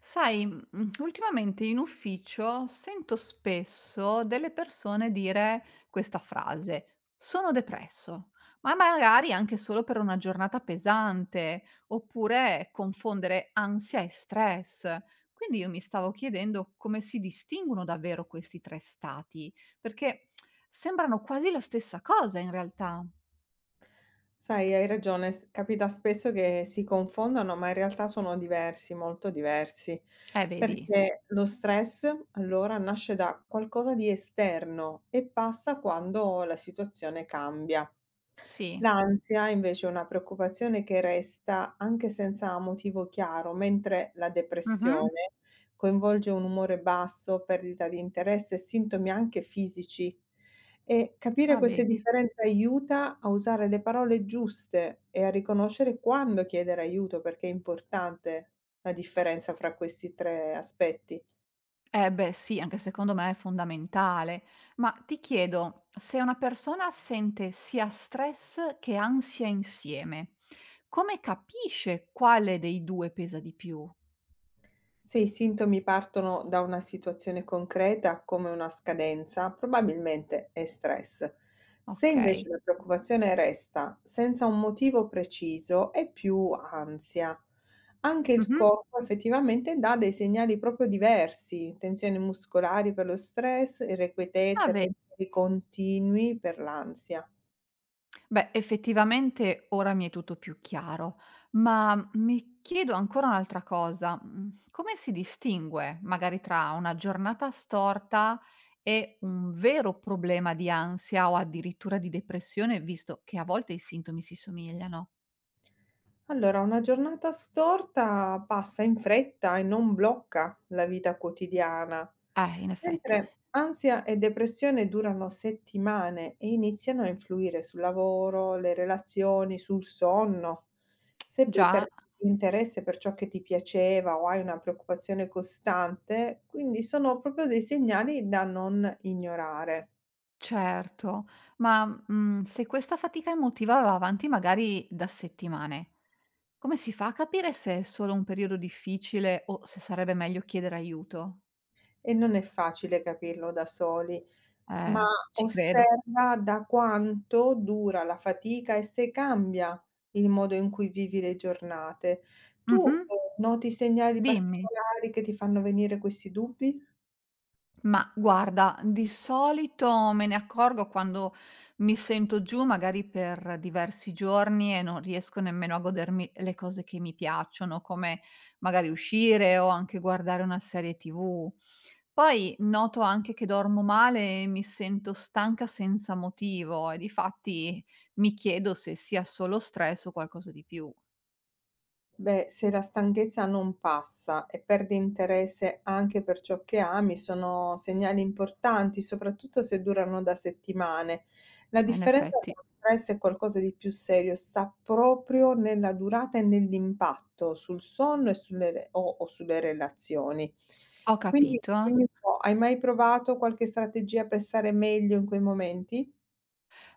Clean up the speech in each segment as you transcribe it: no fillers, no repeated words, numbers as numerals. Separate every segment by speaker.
Speaker 1: Sai, ultimamente in ufficio sento spesso delle persone dire questa frase: "Sono depresso", ma magari anche solo per una giornata pesante, oppure confondere ansia e stress. Quindi io mi stavo chiedendo come si distinguono davvero questi 3 stati, perché sembrano quasi la stessa cosa in realtà.
Speaker 2: Sai, hai ragione, capita spesso che si confondano, ma in realtà sono diversi, molto diversi,
Speaker 1: Vedi,
Speaker 2: perché lo stress allora nasce da qualcosa di esterno e passa quando la situazione cambia.
Speaker 1: sì.
Speaker 2: L'ansia invece è una preoccupazione che resta anche senza motivo chiaro, mentre la
Speaker 1: Mh-mh.
Speaker 2: depressione coinvolge un umore basso, perdita di interesse e sintomi anche fisici. E capire
Speaker 1: Ah
Speaker 2: queste
Speaker 1: vedi.
Speaker 2: differenze aiuta a usare le parole giuste e a riconoscere quando chiedere aiuto, perché è importante la differenza fra questi 3 aspetti.
Speaker 1: Eh beh sì, anche secondo me è fondamentale. Ma ti chiedo, se una persona sente sia stress che ansia insieme, come capisce quale dei 2 pesa di più?
Speaker 2: Se i sintomi partono da una situazione concreta, come una scadenza, probabilmente è stress. Se
Speaker 1: Okay.
Speaker 2: invece la preoccupazione resta senza un motivo preciso, è più ansia. Anche il
Speaker 1: Mh-mh.
Speaker 2: corpo effettivamente dà dei segnali proprio diversi, tensioni muscolari per lo stress, irrequietezza
Speaker 1: Ah
Speaker 2: e
Speaker 1: ve
Speaker 2: pensieri continui per l'ansia.
Speaker 1: Beh, effettivamente ora mi è tutto più chiaro, ma mi chiedo ancora un'altra cosa. Come si distingue magari tra una giornata storta e un vero problema di ansia o addirittura di depressione, visto che a volte i sintomi si somigliano?
Speaker 2: Allora, una giornata storta passa in fretta e non blocca la vita quotidiana,
Speaker 1: In effetti,
Speaker 2: mentre ansia e depressione durano settimane e iniziano a influire sul lavoro, le relazioni, sul sonno. Se poi
Speaker 1: già,
Speaker 2: perdi interesse per ciò che ti piaceva o hai una preoccupazione costante, quindi sono proprio dei segnali da non ignorare
Speaker 1: certo, ma se questa fatica emotiva va avanti magari da settimane, come si fa a capire se è solo un periodo difficile o se sarebbe meglio chiedere aiuto?
Speaker 2: e non è facile capirlo da soli. Ma
Speaker 1: Ci credo.
Speaker 2: osserva da quanto dura la fatica e se cambia il modo in cui vivi le giornate. Tu,
Speaker 1: Mh-mh.
Speaker 2: noti segnali
Speaker 1: Dimmi.
Speaker 2: particolari che ti fanno venire questi dubbi?
Speaker 1: Ma guarda, di solito me ne accorgo quando mi sento giù, magari per diversi giorni e non riesco nemmeno a godermi le cose che mi piacciono, come magari uscire o anche guardare una serie TV. Poi noto anche che dormo male e mi sento stanca senza motivo e difatti mi chiedo se sia solo stress o qualcosa di più.
Speaker 2: Beh, se la stanchezza non passa e perdi interesse anche per ciò che ami, sono segnali importanti, soprattutto se durano da settimane. La
Speaker 1: Ma in
Speaker 2: differenza
Speaker 1: effetti
Speaker 2: tra stress e qualcosa di più serio sta proprio nella durata e nell'impatto sul sonno e sulle o sulle relazioni.
Speaker 1: ho
Speaker 2: Quindi,
Speaker 1: capito.
Speaker 2: dimmi un po', hai mai provato qualche strategia per stare meglio in quei momenti?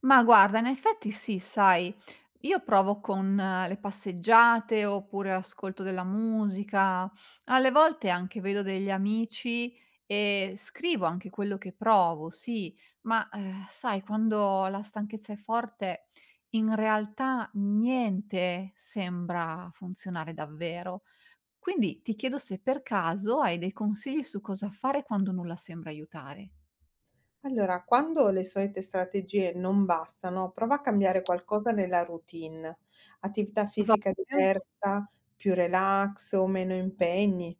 Speaker 1: Ma guarda, in effetti sì, sai, io provo con le passeggiate oppure ascolto della musica, alle volte anche vedo degli amici e scrivo anche quello che provo, sì, ma sai, quando la stanchezza è forte, in realtà niente sembra funzionare davvero. Quindi ti chiedo se per caso hai dei consigli su cosa fare quando nulla sembra aiutare.
Speaker 2: Allora, quando le solite strategie non bastano, prova a cambiare qualcosa nella routine, attività
Speaker 1: Va
Speaker 2: fisica
Speaker 1: bene?
Speaker 2: diversa, più relax o meno impegni.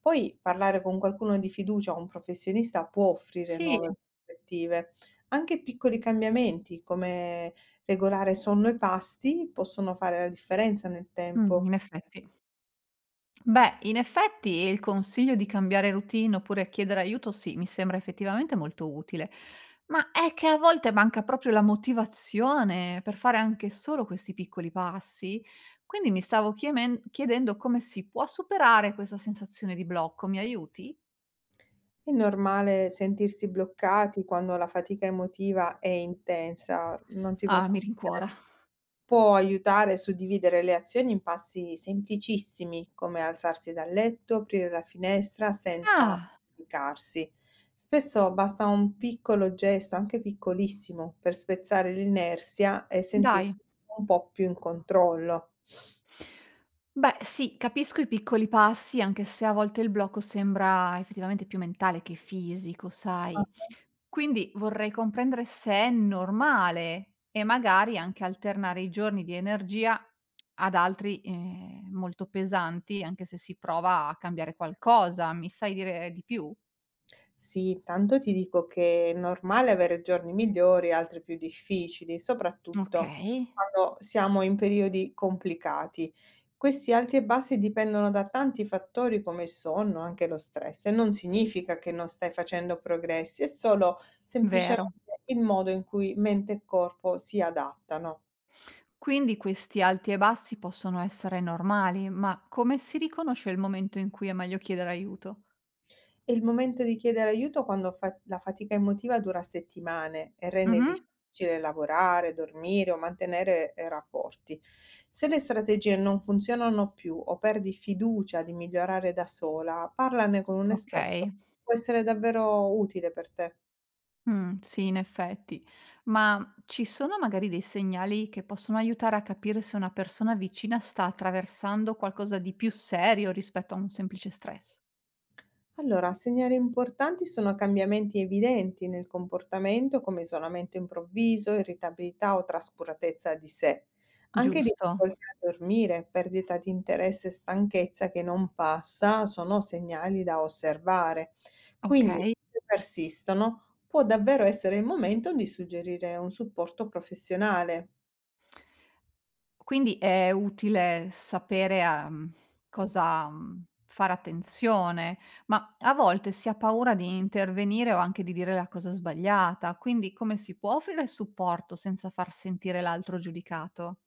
Speaker 2: Poi parlare con qualcuno di fiducia o un professionista può offrire
Speaker 1: Sì,
Speaker 2: nuove prospettive. Anche piccoli cambiamenti, come regolare sonno e pasti, possono fare la differenza nel tempo.
Speaker 1: in effetti. Beh, in effetti il consiglio di cambiare routine oppure chiedere aiuto, sì, mi sembra effettivamente molto utile, ma è che a volte manca proprio la motivazione per fare anche solo questi piccoli passi. Quindi mi stavo chiedendo come si può superare questa sensazione di blocco. Mi aiuti?
Speaker 2: È normale sentirsi bloccati quando la fatica emotiva è intensa, non ti
Speaker 1: Ah, mi
Speaker 2: preoccupare.
Speaker 1: rincuora.
Speaker 2: Può aiutare a suddividere le azioni in passi semplicissimi, come alzarsi dal letto, aprire la finestra senza
Speaker 1: Ah,
Speaker 2: giudicarsi. Spesso basta un piccolo gesto, anche piccolissimo, per spezzare l'inerzia e
Speaker 1: dai.
Speaker 2: sentirsi un po' più in controllo.
Speaker 1: Beh, sì, capisco i piccoli passi, anche se a volte il blocco sembra effettivamente più mentale che fisico,
Speaker 2: Ah.
Speaker 1: sai. Quindi vorrei comprendere se è normale e magari anche alternare i giorni di energia ad altri, molto pesanti, anche se si prova a cambiare qualcosa. Mi sai dire di più?
Speaker 2: Sì, intanto ti dico che è normale avere giorni migliori, altri più difficili, soprattutto
Speaker 1: Okay,
Speaker 2: quando siamo in periodi complicati. Questi alti e bassi dipendono da tanti fattori come il sonno, anche lo stress, e non significa che non stai facendo progressi, è solo
Speaker 1: vero.
Speaker 2: semplicemente il modo in cui mente e corpo si adattano.
Speaker 1: Quindi questi alti e bassi possono essere normali, ma come si riconosce il momento in cui è meglio chiedere aiuto?
Speaker 2: E il momento di chiedere aiuto quando fa la fatica emotiva dura settimane e rende
Speaker 1: Mh-mh,
Speaker 2: difficile lavorare, dormire o mantenere, rapporti. Se le strategie non funzionano più o perdi fiducia di migliorare da sola, parlane con un
Speaker 1: okay.
Speaker 2: esperto, può essere davvero utile per te.
Speaker 1: Sì, in effetti. Ma ci sono magari dei segnali che possono aiutare a capire se una persona vicina sta attraversando qualcosa di più serio rispetto a un semplice stress?
Speaker 2: Allora, segnali importanti sono cambiamenti evidenti nel comportamento come isolamento improvviso, irritabilità o trascuratezza di sé, anche
Speaker 1: Giusto,
Speaker 2: difficoltà a dormire, perdita di interesse e stanchezza che non passa sono segnali da osservare. Quindi,
Speaker 1: okay.
Speaker 2: se persistono, può davvero essere il momento di suggerire un supporto professionale.
Speaker 1: Quindi è utile sapere a cosa, fare attenzione, ma a volte si ha paura di intervenire o anche di dire la cosa sbagliata, quindi come si può offrire supporto senza far sentire l'altro giudicato?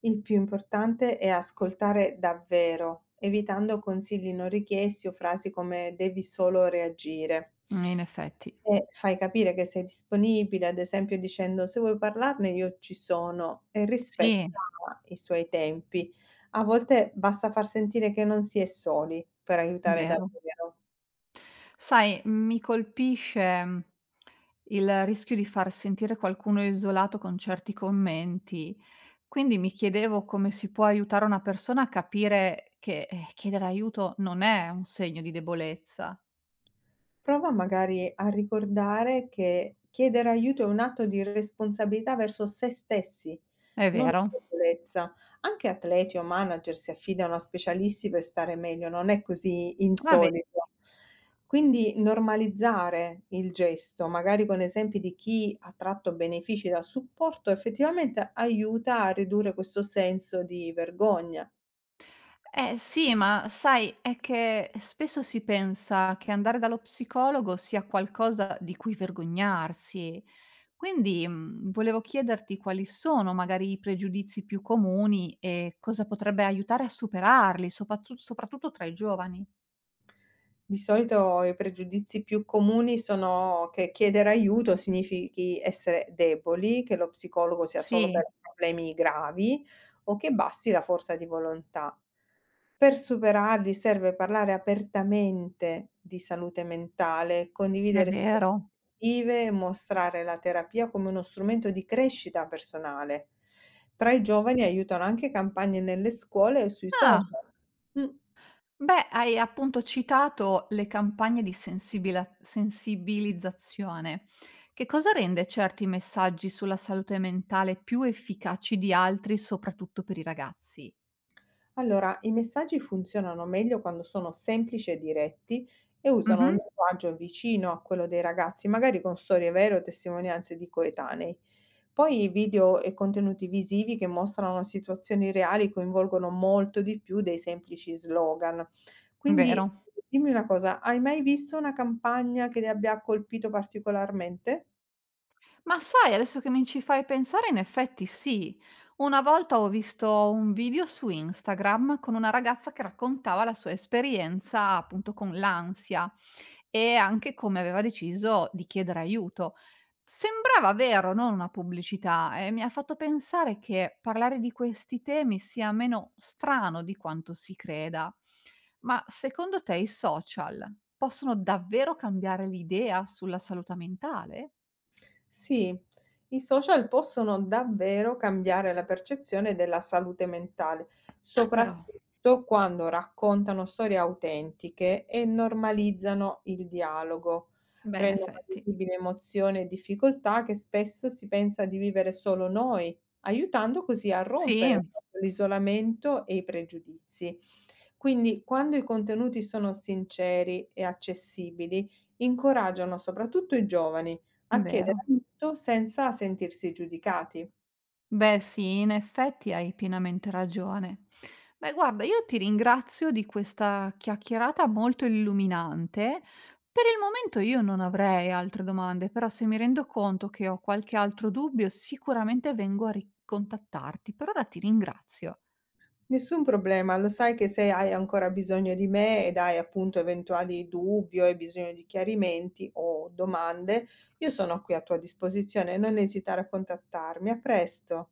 Speaker 2: Il più importante è ascoltare davvero, evitando consigli non richiesti o frasi come "devi solo reagire".
Speaker 1: In effetti.
Speaker 2: E fai capire che sei disponibile, ad esempio dicendo "se vuoi parlarne io ci sono" e rispetta
Speaker 1: Sì.
Speaker 2: i suoi tempi. A volte basta far sentire che non si è soli per aiutare
Speaker 1: Vero.
Speaker 2: davvero.
Speaker 1: Sai, mi colpisce, il rischio di far sentire qualcuno isolato con certi commenti, quindi mi chiedevo come si può aiutare una persona a capire che, chiedere aiuto non è un segno di debolezza.
Speaker 2: Prova magari a ricordare che chiedere aiuto è un atto di responsabilità verso se stessi,
Speaker 1: È
Speaker 2: non di
Speaker 1: vero.
Speaker 2: debolezza. Anche atleti o manager si affidano a specialisti per stare meglio, non è così
Speaker 1: Va be
Speaker 2: insolito. Quindi normalizzare il gesto, magari con esempi di chi ha tratto benefici dal supporto, effettivamente aiuta a ridurre questo senso di vergogna.
Speaker 1: Eh sì, ma sai, è che spesso si pensa che andare dallo psicologo sia qualcosa di cui vergognarsi. Quindi, volevo chiederti quali sono magari i pregiudizi più comuni e cosa potrebbe aiutare a superarli, sopattu soprattutto tra i giovani.
Speaker 2: Di solito i pregiudizi più comuni sono che chiedere aiuto significhi essere deboli, che lo psicologo sia solo
Speaker 1: Sì,
Speaker 2: per problemi gravi o che basti la forza di volontà. Per superarli serve parlare apertamente di salute mentale,
Speaker 1: è
Speaker 2: condividere storie
Speaker 1: vero.
Speaker 2: e mostrare la terapia come uno strumento di crescita personale. Tra i giovani aiutano anche campagne nelle scuole e sui
Speaker 1: Ah.
Speaker 2: social. Mm.
Speaker 1: Beh, hai appunto citato le campagne di sensibilizzazione. Che cosa rende certi messaggi sulla salute mentale più efficaci di altri, soprattutto per i ragazzi?
Speaker 2: Allora, i messaggi funzionano meglio quando sono semplici e diretti e usano un
Speaker 1: Mhm,
Speaker 2: linguaggio vicino a quello dei ragazzi, magari con storie vere o testimonianze di coetanei. Poi i video e contenuti visivi che mostrano situazioni reali coinvolgono molto di più dei semplici slogan. Quindi
Speaker 1: vero.
Speaker 2: dimmi una cosa, hai mai visto una campagna che ti abbia colpito particolarmente?
Speaker 1: Ma sai, adesso che mi ci fai pensare, in effetti sì. Una volta ho visto un video su Instagram con una ragazza che raccontava la sua esperienza appunto con l'ansia e anche come aveva deciso di chiedere aiuto. Sembrava vero, non una pubblicità, e mi ha fatto pensare che parlare di questi temi sia meno strano di quanto si creda. Ma secondo te i social possono davvero cambiare l'idea sulla salute mentale?
Speaker 2: Sì, i social possono davvero cambiare la percezione della salute mentale,
Speaker 1: Ah però,
Speaker 2: soprattutto quando raccontano storie autentiche e normalizzano il dialogo,
Speaker 1: beh in
Speaker 2: rendono
Speaker 1: effetti.
Speaker 2: visibili emozioni e difficoltà che spesso si pensa di vivere solo noi, aiutando così a
Speaker 1: Sì,
Speaker 2: rompere l'isolamento e i pregiudizi. Quindi, quando i contenuti sono sinceri e accessibili, incoraggiano soprattutto i giovani a chiedere
Speaker 1: vero.
Speaker 2: aiuto senza sentirsi giudicati.
Speaker 1: Beh sì, in effetti hai pienamente ragione. Beh guarda, io ti ringrazio di questa chiacchierata molto illuminante. Per il momento io non avrei altre domande, però se mi rendo conto che ho qualche altro dubbio, sicuramente vengo a ricontattarti. Per ora ti ringrazio.
Speaker 2: Nessun problema, lo sai che se hai ancora bisogno di me ed hai appunto eventuali dubbi o hai bisogno di chiarimenti o domande, io sono qui a tua disposizione, non esitare a contattarmi. A presto.